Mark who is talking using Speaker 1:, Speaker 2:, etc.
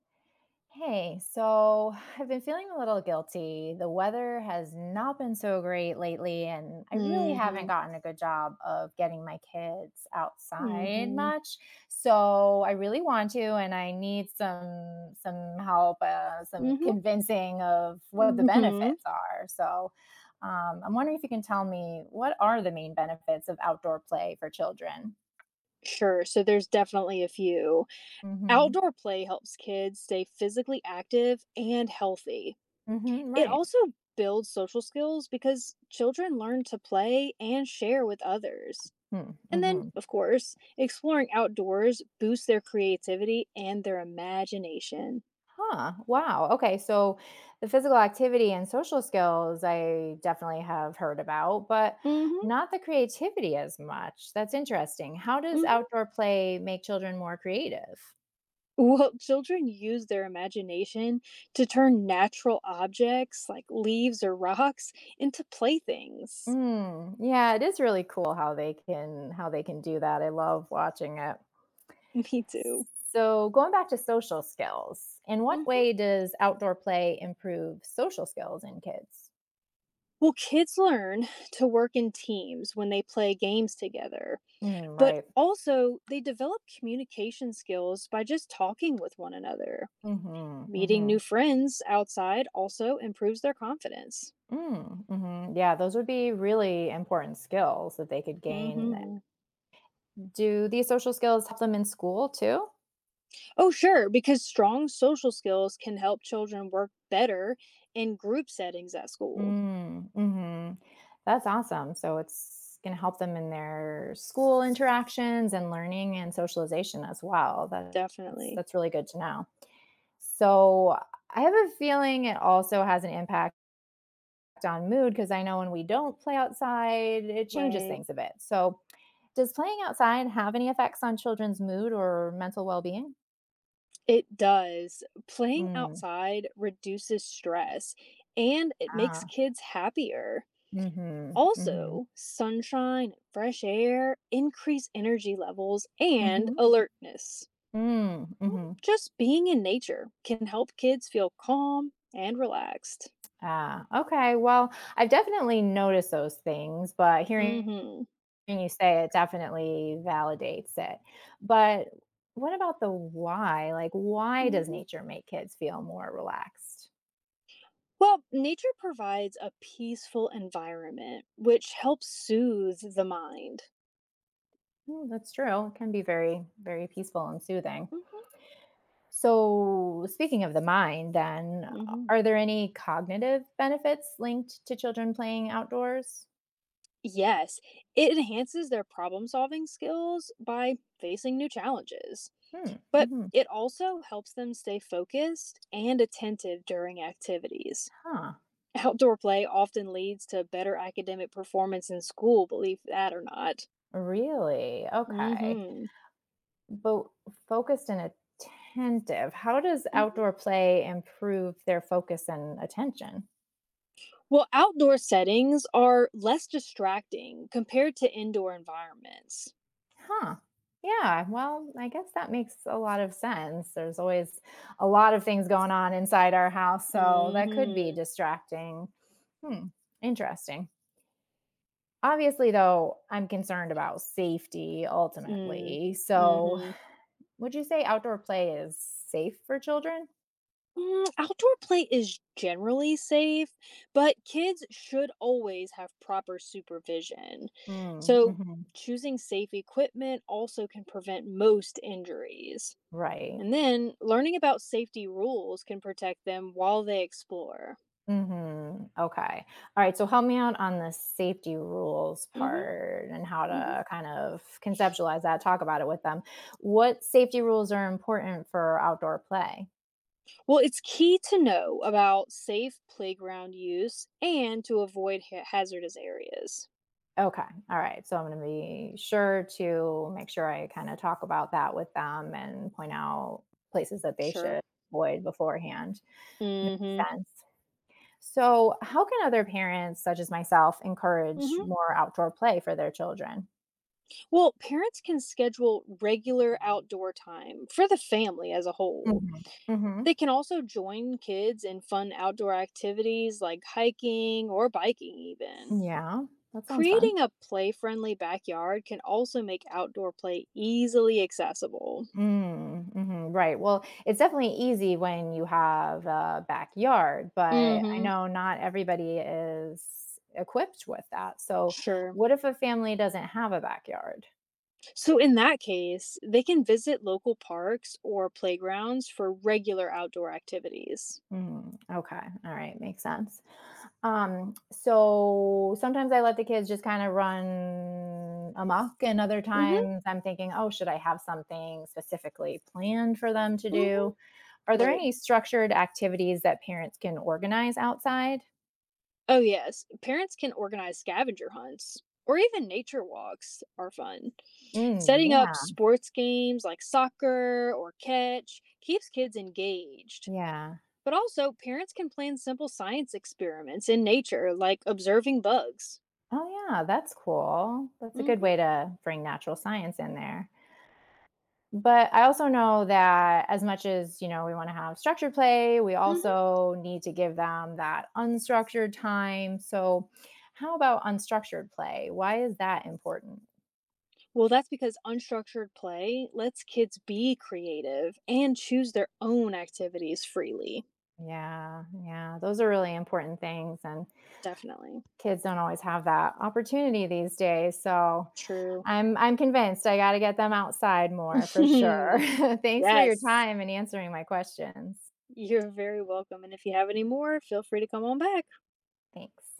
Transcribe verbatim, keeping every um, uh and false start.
Speaker 1: Hey, so I've been feeling a little guilty. The weather has not been so great lately, and I really haven't
Speaker 2: Mhm,
Speaker 1: gotten a good job of getting my kids outside
Speaker 2: mhm,
Speaker 1: much. So I really want to, and I need some some help, uh, some
Speaker 2: mhm,
Speaker 1: convincing of what the
Speaker 2: mhm.
Speaker 1: benefits are. So um, I'm wondering if you can tell me, what are the main benefits of outdoor play for children?
Speaker 2: Sure, so there's definitely a few.
Speaker 1: Mm-hmm.
Speaker 2: Outdoor play helps kids stay physically active and healthy.
Speaker 1: Mm-hmm.
Speaker 2: It
Speaker 1: Right.
Speaker 2: also builds social skills because children learn to play and share with others.
Speaker 1: Hmm.
Speaker 2: And then,
Speaker 1: Mm-hmm.
Speaker 2: of course, exploring outdoors boosts their creativity and their imagination.
Speaker 1: Huh. Wow. Okay. So the physical activity and social skills I definitely have heard about, but
Speaker 2: Mhm,
Speaker 1: not the creativity as much. That's interesting. How does
Speaker 2: mhm.
Speaker 1: outdoor play make children more creative?
Speaker 2: Well, children use their imagination to turn natural objects like leaves or rocks into playthings.
Speaker 1: Mm, yeah, it is really cool how they can how they can do that. I love watching it.
Speaker 2: Me too.
Speaker 1: So going back to social skills, in what
Speaker 2: Hmm.
Speaker 1: way does outdoor play improve social skills in kids?
Speaker 2: Well, kids learn to work in teams when they play games together,
Speaker 1: Hmm,
Speaker 2: but
Speaker 1: right.
Speaker 2: also they develop communication skills by just talking with one another.
Speaker 1: hmm
Speaker 2: Meeting
Speaker 1: hmm
Speaker 2: new friends outside also improves their confidence.
Speaker 1: Mm, mhm. Yeah, those would be really important skills that they could gain.
Speaker 2: Hmm.
Speaker 1: Do these social skills help them in school too?
Speaker 2: Oh, sure, because strong social skills can help children work better in group settings at school.
Speaker 1: Mm, mhm. That's awesome. So it's going to help them in their school interactions and learning and socialization as well. That- That's
Speaker 2: Definitely.
Speaker 1: that's really good to know. So I have a feeling it also has an impact on mood, because I know when we don't play outside, it changes
Speaker 2: Right.
Speaker 1: things a bit. So does playing outside have any effects on children's mood or mental well-being?
Speaker 2: It does. Playing
Speaker 1: Mm,
Speaker 2: outside reduces stress and it makes
Speaker 1: ah,
Speaker 2: kids happier.
Speaker 1: mhm, mhm,
Speaker 2: Also, sunshine, fresh air increase energy levels and
Speaker 1: mhm,
Speaker 2: alertness.
Speaker 1: mm,
Speaker 2: Um,
Speaker 1: mhm,
Speaker 2: Just being in nature can help kids feel calm and relaxed.
Speaker 1: ah, okay, well, I've definitely noticed those things, but hearing
Speaker 2: Mhm.
Speaker 1: you say it definitely validates it. But what about the why? Like, why does
Speaker 2: Mhm.
Speaker 1: nature make kids feel more relaxed?
Speaker 2: Well, nature provides a peaceful environment, which helps soothe the mind.
Speaker 1: Mm, that's true. It can be very, very peaceful and soothing.
Speaker 2: Hmm.
Speaker 1: So, speaking of the mind, then,
Speaker 2: Hmm.
Speaker 1: are there any cognitive benefits linked to children playing outdoors?
Speaker 2: Yes, it enhances their problem solving skills by facing new challenges,
Speaker 1: Hmm.
Speaker 2: but
Speaker 1: Mhm.
Speaker 2: it also helps them stay focused and attentive during activities.
Speaker 1: Huh,
Speaker 2: Outdoor play often leads to better academic performance in school, believe that or not.
Speaker 1: really? Okay.
Speaker 2: Hmm.
Speaker 1: But focused and attentive. How does
Speaker 2: Hmm.
Speaker 1: outdoor play improve their focus and attention?
Speaker 2: Well, outdoor settings are less distracting compared to indoor environments.
Speaker 1: Huh. Yeah, well, I guess that makes a lot of sense. There's always a lot of things going on inside our house, so that could be
Speaker 2: Mhm.
Speaker 1: distracting. Hmm, interesting. Obviously, though, I'm concerned about safety
Speaker 2: Mm.
Speaker 1: ultimately. So,
Speaker 2: Mhm.
Speaker 1: would you say outdoor play is safe for children?
Speaker 2: Mm, outdoor play is generally safe, but kids should always have proper supervision.
Speaker 1: Hmm.
Speaker 2: So,
Speaker 1: Mhm.
Speaker 2: choosing safe equipment also can prevent most injuries.
Speaker 1: Right.
Speaker 2: And then, learning about safety rules can protect them while they explore.
Speaker 1: Mhm. Okay. Alright, so help me out on the safety rules
Speaker 2: Mhm.
Speaker 1: part and how
Speaker 2: Mhm.
Speaker 1: to kind of conceptualize that, talk about it with them. What safety rules are important for outdoor play?
Speaker 2: Well, it's key to know about safe playground use and to avoid ha- hazardous areas.
Speaker 1: Okay. Alright, so I'm gonna be sure to make sure I kinda talk about that with them and point out places that they
Speaker 2: Sure.
Speaker 1: should avoid beforehand. Makes
Speaker 2: Mhm.
Speaker 1: sense. So, how can other parents, such as myself, encourage
Speaker 2: Mhm.
Speaker 1: more outdoor play for their children?
Speaker 2: Well, parents can schedule regular outdoor time for the family as a whole.
Speaker 1: Mhm. Mhm.
Speaker 2: They can also join kids in fun outdoor activities like hiking or biking even.
Speaker 1: Yeah, that sounds fun.
Speaker 2: Creating a play-friendly backyard can also make outdoor play easily accessible.
Speaker 1: Mm, mhm, right. Well, it's definitely easy when you have a backyard, but I
Speaker 2: Mhm.
Speaker 1: know not everybody is equipped with that. So,
Speaker 2: Sure.
Speaker 1: what if a family doesn't have a backyard?
Speaker 2: So, in that case, they can visit local parks or playgrounds for regular outdoor activities.
Speaker 1: Mm, okay. All right. Makes sense. Um, so sometimes I let the kids just kind of run amok, and other
Speaker 2: Mm-hmm.
Speaker 1: times I'm thinking, oh, should I have something specifically planned for them to
Speaker 2: Mm-hmm.
Speaker 1: do? Are there
Speaker 2: Right.
Speaker 1: any structured activities that parents can organize outside?
Speaker 2: Oh, yes. Parents can organize scavenger hunts or even nature walks are fun.
Speaker 1: Mm,
Speaker 2: Setting up
Speaker 1: yeah,
Speaker 2: sports games like soccer or catch keeps kids engaged.
Speaker 1: yeah.
Speaker 2: But also, parents can plan simple science experiments in nature, like observing bugs.
Speaker 1: Oh, yeah, that's cool. That's a good way
Speaker 2: Hmm.
Speaker 1: to bring natural science in there. But I also know that, as much as you know we want to have structured play, we
Speaker 2: Hmm.
Speaker 1: also need to give them that unstructured time. So, how about unstructured play? Why is that important?
Speaker 2: Well, that's because unstructured play lets kids be creative and choose their own activities freely.
Speaker 1: Yeah, yeah, those are really important things, and
Speaker 2: Definitely.
Speaker 1: kids don't always have that opportunity these days. So,
Speaker 2: True.
Speaker 1: I'm I'm convinced I got to get them outside more for sure. Thanks for your
Speaker 2: Yes.
Speaker 1: time and answering my questions.
Speaker 2: You're very welcome. And if you have any more, feel free to come on back.
Speaker 1: Thanks.